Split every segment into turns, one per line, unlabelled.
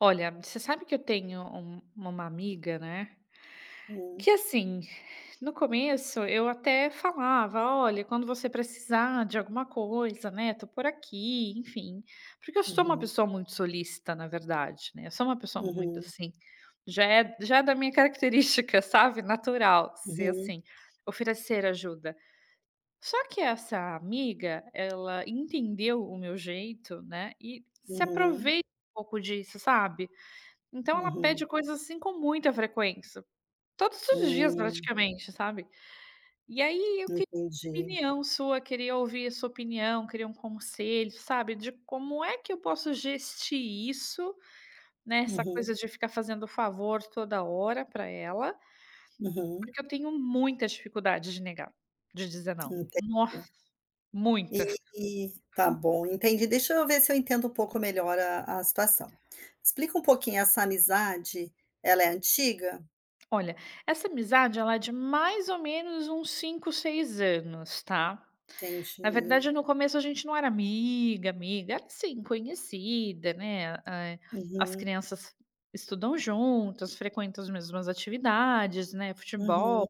Olha, você sabe que eu tenho uma amiga, né?
Hum,
Que assim, no começo eu até falava, olha, quando você precisar de alguma coisa, né? Tô por aqui, enfim. Porque eu sou uma
uhum,
pessoa muito solícita, na verdade, né? Eu sou uma pessoa muito
uhum,
assim, já é da minha característica, sabe? Natural, ser
uhum,
assim, oferecer ajuda. Só que essa amiga, ela entendeu o meu jeito, né? E se
uhum,
aproveita um pouco disso, sabe? Então ela
uhum.
pede coisas, assim, com muita frequência, todos os dias
Hum,
praticamente, sabe. E aí eu queria
entendi.
opinião sua, queria ouvir a sua opinião, queria um conselho, sabe, de como é que eu posso gestir isso, né, essa
Uhum,
coisa de ficar fazendo favor toda hora pra ela,
uhum,
porque eu tenho muita dificuldade de negar, de dizer não. Nossa,
entendi.
muita.
E tá bom, entendi. Deixa eu ver se eu entendo um pouco melhor a situação. Explica um pouquinho essa amizade, ela é antiga?
Olha, essa amizade ela é de mais ou menos uns 5, 6 anos, tá. Na
Entendi.
verdade, no começo a gente não era amiga, amiga, era assim, conhecida, né, as
Uhum,
crianças estudam juntas, frequentam as mesmas atividades, né, futebol,
uhum,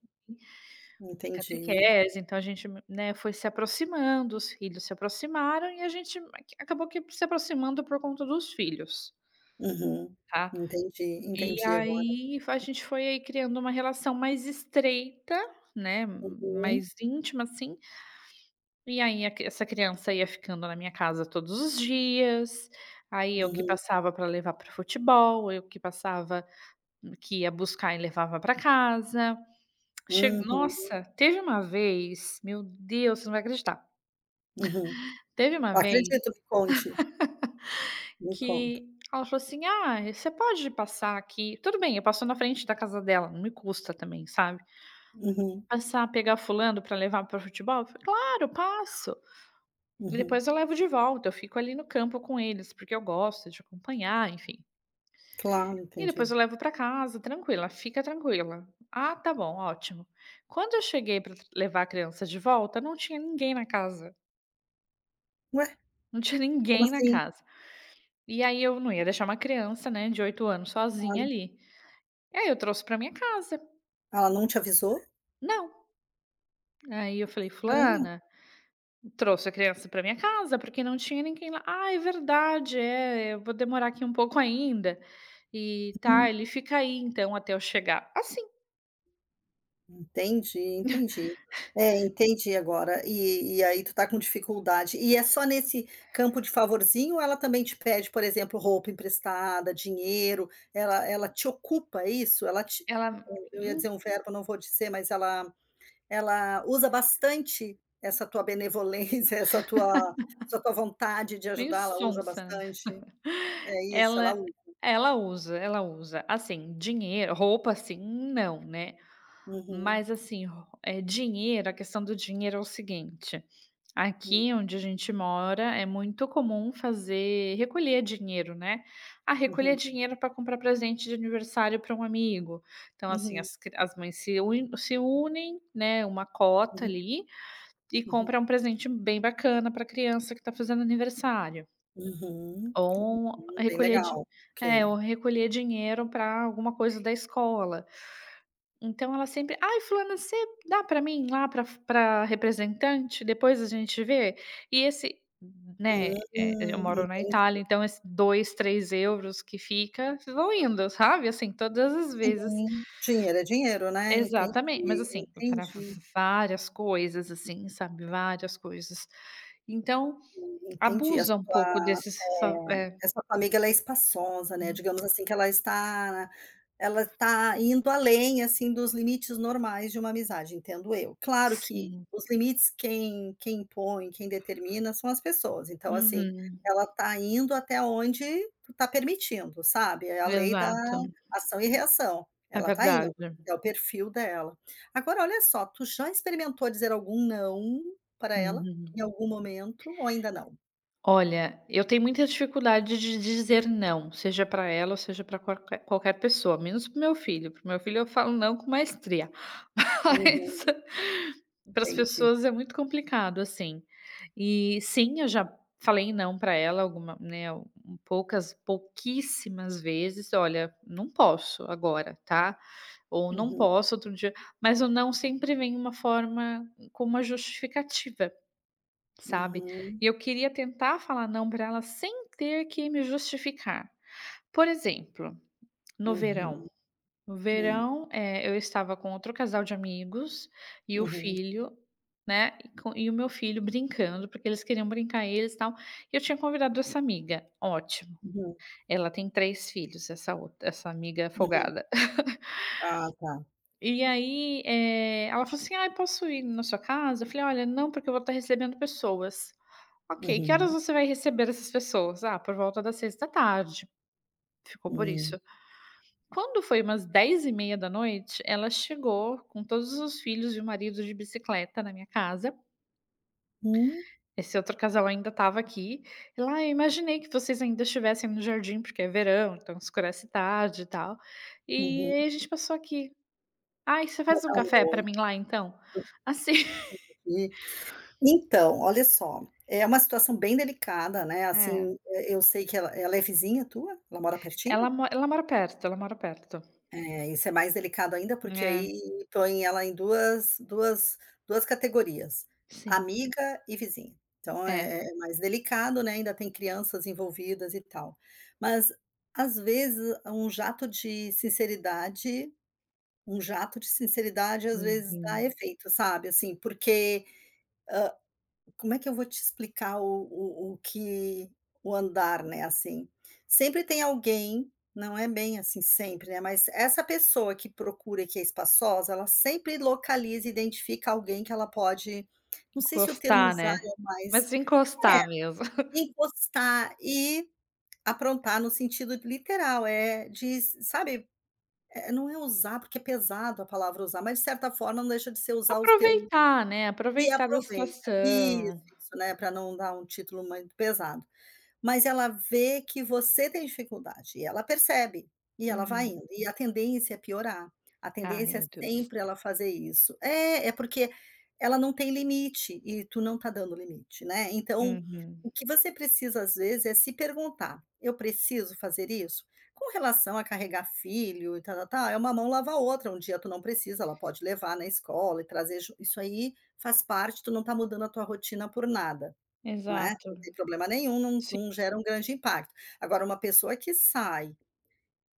entendi.
catequese, então a gente, né, foi se aproximando, os filhos se aproximaram e a gente ac acabou que se aproximando por conta dos filhos,
Uhum,
tá.
entendi,
E
entendi agora.
aí a gente foi aí criando uma relação mais estreita, né,
Uhum,
mais íntima, assim, e aí a cri essa criança ia ficando na minha casa todos os dias, aí eu que
uhum,
passava para levar para futebol, eu que passava que ia buscar e levava para casa. Che
uhum,
nossa, teve uma vez, meu Deus, você não vai acreditar.
uhum.
Teve uma vez
Acredito, me conte, me conta.
que ela falou assim: "Ah, você pode passar aqui", tudo bem, eu passo na frente da casa dela, não me custa também, sabe.
Uhum.
"Passar, pegar fulano para levar para futebol?" Eu falei: "Claro, passo". E
Uhum.
depois eu levo de volta, eu fico ali no campo com eles, porque eu gosto de acompanhar, enfim.
Claro,
E depois
entendi.
eu levo para casa, tranquila, fica tranquila. Ah, tá bom, ótimo. Quando eu cheguei para levar a criança de volta, não tinha ninguém na casa.
Ué,
Não tinha
como
ninguém na
assim?
casa. E aí eu não ia deixar uma criança, né, de 8 anos sozinha
Claro.
ali. E aí eu trouxe para minha casa.
Ela não te avisou?
Não. Aí eu falei,
Estranho.
fulana, trouxe a criança para minha casa, porque não tinha ninguém lá. "Ah, é verdade, é, eu vou demorar aqui um pouco ainda". E: "Tá,
Hum,
ele fica aí então até eu chegar". Assim,
entendi, entendi. É, entendi agora. E aí tu tá com dificuldade. E é só nesse campo de favorzinho ou ela também te pede, por exemplo, roupa emprestada, dinheiro, ela te ocupa, é isso? Ela te
ela
eu ia dizer
hum,
um verbo, não vou dizer, mas ela usa bastante essa tua benevolência, essa tua vontade de
meio
ajudar, ela usa
sonsa, né.
bastante? É isso, ela
Ela
usa?
ela usa, ela usa. Assim, dinheiro roupa assim, não, né.
Uhum,
Mas assim, dinheiro, a questão do dinheiro é o seguinte.
hum,
Aqui onde a gente mora é muito comum fazer recolher dinheiro, né. Ah, recolher
uhum,
dinheiro para comprar presente de aniversário para um amigo. Então, assim,
uhum,
as cri as mães se unem, né, uma cota
uhum,
ali, e
uhum,
compra um presente bem bacana para a criança que está fazendo aniversário.
uhum,
Ou
uhum, bem
recolher di
legal,
é, ou
ok.
recolher dinheiro para alguma coisa da escola. Então ela sempre: "Ai fulana, você dá pra mim lá pra f pra representante, depois a gente vê?" E esse, né, eu moro na
Entendi,
Itália, então esses 2, 3 euros que fica, vão indo, sabe, assim, todas as vezes.
sim, dinheiro é dinheiro, né, entendi,
Exatamente, mas assim, para
entendi.
várias coisas, assim, sabe, várias coisas. Então,
Entendi,
abusa um pouco desses
essa tua amiga ela é espaçosa, né, digamos assim que ela está indo além, assim, dos limites normais de uma amizade, entendo eu. Claro que
sim.
os limites quem impõe, quem determina são as pessoas, então, assim,
Uhum,
ela está indo até onde tu está permitindo, sabe, é a lei da
exato.
ação e reação,
É
ela está
verdade.
indo, é o perfil dela. Agora olha só, tu já experimentou dizer algum "não" para ela? Em
Uhum.
algum momento ou ainda não?
Olha, eu tenho muita dificuldade de dizer não, seja para ela ou seja para qualquer pessoa, menos para o meu filho. Para o meu filho eu falo não com maestria, mas
Uhum,
para as
entendi.
pessoas é muito complicado, assim. E sim, eu já falei não para ela alguma né, um poucas pouquíssimas vezes. "Olha, não posso agora, tá?" Ou "Não
Uhum,
posso outro dia", mas o não sempre vem uma forma com uma justificativa, sabe?
uhum,
E eu queria tentar falar não para ela sem ter que me justificar. Por exemplo, no
uhum,
verão. No
hum,
verão, eu estava com outro casal de amigos e o
uhum,
filho, né? E o meu filho brincando, porque eles queriam brincar eles e tal. E eu tinha convidado essa amiga. Ótimo.
uhum,
Ela tem 3 filhos, essa outra, essa amiga
uhum.
folgada.
Ah, tá.
E aí, ela falou assim: "Ah, posso ir na sua casa?" Eu falei: "Olha, não, porque eu vou estar recebendo pessoas". "Ok, que horas
Uhum,
você vai receber essas pessoas?" "Ah, por volta das 6 da tarde". Ficou por
hum,
isso. Quando foi umas 10:30 da noite, ela chegou com todos os filhos e o marido de bicicleta na minha casa.
hum,
Esse outro casal ainda estava aqui. Ela: "Ah, eu imaginei que vocês ainda estivessem no jardim, porque é verão, então escurece tarde e tal. E
uhum.
aí a gente passou aqui. Ai, você
Vou
faz um
dar um
café para
oi
mim lá então?" Assim.
aqui. Então, olha só, é uma situação bem delicada, né,
É,
assim, eu sei que ela é vizinha tua? Ela mora
ela
pertinho?
mo ela mora perto, ela mora perto.
É, isso é mais delicado ainda, porque
É,
aí põe ela em duas categorias:
sim.
amiga e vizinha. Então é
É.
é mais delicado, né, ainda tem crianças envolvidas e tal. Mas, às vezes, um jato de sinceridade, às vezes, dá
Uhum.
efeito, sabe, assim, porque como é que eu vou te explicar o que o andar, né, assim. Sempre tem alguém, não é bem assim sempre, né, mas essa pessoa que procura e que é espaçosa, ela sempre localiza e identifica alguém que ela pode, não sei se o termo
Encostar,
usar
né.
é mais,
Mas encostar mesmo.
encostar e aprontar no sentido literal, é de sabe, não é usar, porque é pesado a palavra usar, mas de certa forma não deixa de ser usar o teu
Aproveitar, né,
e
aproveitar da
aproveita. Isso,
situação.
isso, né, para não dar um título muito pesado. Mas ela vê que você tem dificuldade e ela percebe, e ela vai
Uhum.
indo. E a tendência é piorar, a
Ai,
tendência é
meu Deus.
sempre ela fazer isso. É porque ela não tem limite e tu não tá dando limite, né. Então,
Uhum.
o que você precisa às vezes é se perguntar: "Eu preciso fazer isso?". Com relação a carregar filho e tal, tá é uma mão lava a outra, um dia tu não precisa, ela pode levar na escola e trazer ju isso aí faz parte, tu não tá mudando a tua rotina por nada. Não é,
Exato.
não tem problema nenhum, não
Sim.
não gera um grande impacto. Agora uma pessoa que sai,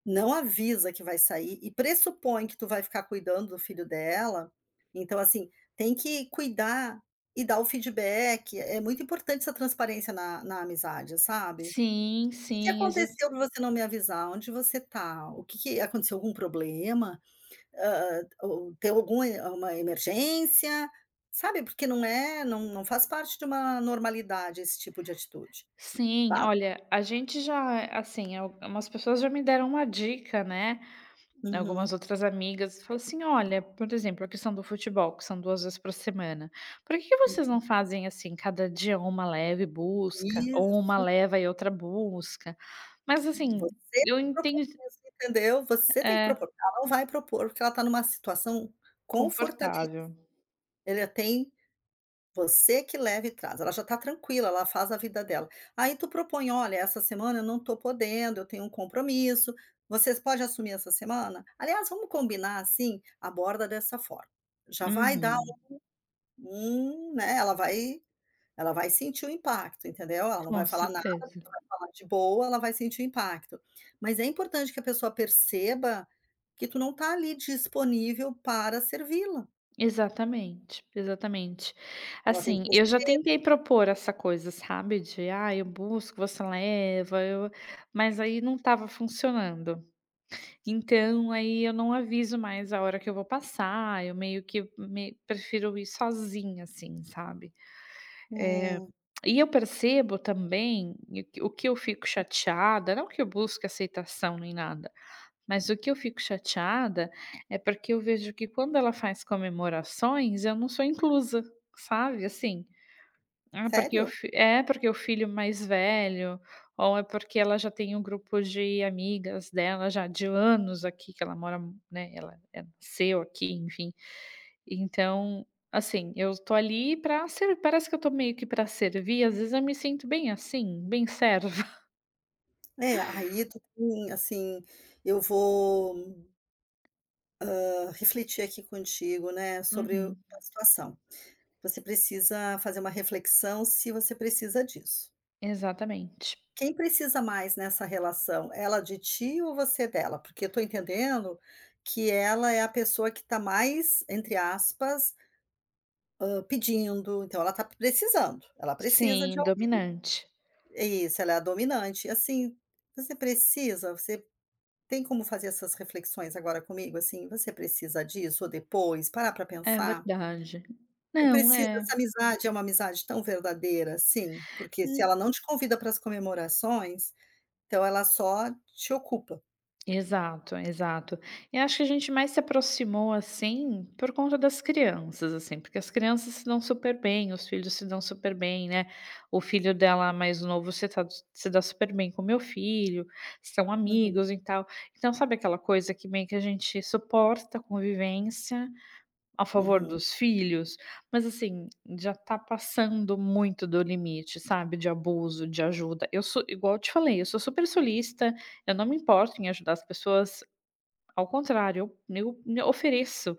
não avisa que vai sair e pressupõe que tu vai ficar cuidando do filho dela, então assim, tem que cuidar e dar o feedback, é muito importante essa transparência na amizade, sabe.
Sim,
"O que que
sim, exa
aconteceu pra você não me avisar? Onde você tá? O que que aconteceu algum problema? Hã, ou tem alguma uma emergência?" Sabe, porque não faz parte de uma normalidade esse tipo de atitude.
sim.
Sabe?
Olha, a gente já assim, al umas pessoas já me deram uma dica, né. Algumas
Uhum,
outras amigas falam assim: "Olha, por exemplo, a questão do futebol, que são 2 vezes por semana, por que que vocês
hum.
não fazem, assim, cada dia uma leve busca, ou uma
Isso,
leva e outra busca?". Mas assim,
você tem
eu
que propor
entendo,
isso, entendeu? Você tem que
é,
propor, ela não vai propor, porque ela tá numa situação confortabil
confortável.
ela tem você que leva e traz, ela já tá tranquila, ela faz a vida dela. Aí tu propõe: "Olha, essa semana eu não tô podendo, eu tenho um compromisso, vocês pode assumir essa semana? Aliás, vamos combinar assim? Aborda dessa forma". Já vai dar
Uhum.
um né, ela vai sentir o impacto, entendeu? Ela não vai
Com
falar nada
certeza.
falar de boa, ela vai sentir o impacto. Mas é importante que a pessoa perceba que tu não está ali disponível para servi-la.
Exatamente, exatamente.
Ela tem que
Assim, eu já
perceber.
tentei propor essa coisa, sabe, de: "Ah, eu busco, você leva", eu mas aí não estava funcionando. Então, aí eu não aviso mais a hora que eu vou passar, eu meio que me prefiro ir sozinha, assim, sabe. Eh,
É,
e eu percebo também, e o que eu fico chateada, não que eu busque aceitação nem nada, mas o que eu fico chateada é porque eu vejo que quando ela faz comemorações, eu não sou inclusa, sabe, assim. Ah, porque o
sério?
fi é porque o filho mais velho, ou é porque ela já tem um grupo de amigas dela já de anos aqui que ela mora, né, ela nasceu aqui, enfim. Então, assim, eu tô ali pra ser parece que eu tô meio que pra servir, às vezes eu me sinto bem assim, bem serva.
É, aí tu tem, assim, eu vou, hã, refletir aqui contigo, né, sobre
Uhum,
a situação. Você precisa fazer uma reflexão se você precisa disso.
exatamente.
Quem precisa mais nessa relação, ela de ti ou você dela? Porque eu tô entendendo que ela é a pessoa que está mais, entre aspas, pedindo, então ela está precisando, ela precisa de
Sim,
al
dominante.
É isso, ela é a dominante, assim, você precisa, você tem como fazer essas reflexões agora comigo, assim, você precisa disso ou depois, parar para
É
pensar?
verdade.
Eu
Não,
preciso
é.
Essa amizade é uma amizade tão verdadeira assim? Porque se ela não te convida para as comemorações, então ela só te ocupa.
Exato, exato. E acho que a gente mais se aproximou, assim, por conta das crianças, assim, porque as crianças se dão super bem, os filhos se dão super bem, né. O filho dela mais novo se dá super bem com meu filho, são
Uhum,
amigos e tal. Então, sabe aquela coisa que meio que a gente suporta a convivência a favor
uhum,
dos filhos, mas assim, já tá passando muito do limite, sabe, de abuso, de ajuda. Eu sou igual eu te falei, eu sou super solista. Eu não me importo em ajudar as pessoas, ao contrário, eu me ofereço,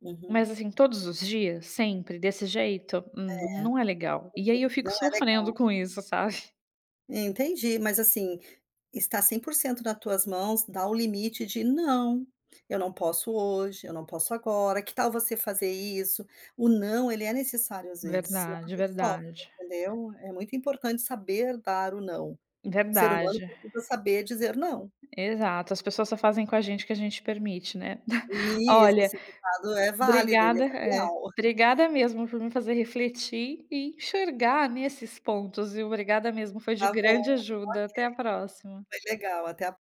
uhum.
mas assim, todos os dias, sempre, desse jeito, não, não é legal. E aí eu fico
Não é
sofrendo
legal.
com isso, sabe.
Entendi, mas assim está 100% nas tuas mãos dá o limite de: "Não, eu não posso hoje, eu não posso agora, que tal você fazer isso?". O não, ele é necessário às vezes, senão a
Verdade,
gente sofre,
verdade.
entendeu. É muito importante saber dar o não. O ser humano
Verdade.
precisa saber dizer não.
Exato, as pessoas só fazem com a gente o que a gente permite, né.
Isso,
Olha.
esse ditado é válido, ele
Obrigada,
é
é.
real.
Obrigada mesmo por me fazer refletir e enxergar nesses pontos, e obrigada mesmo, foi de
Tá
grande
bom,
ajuda. Até a próxima.
foi legal, até a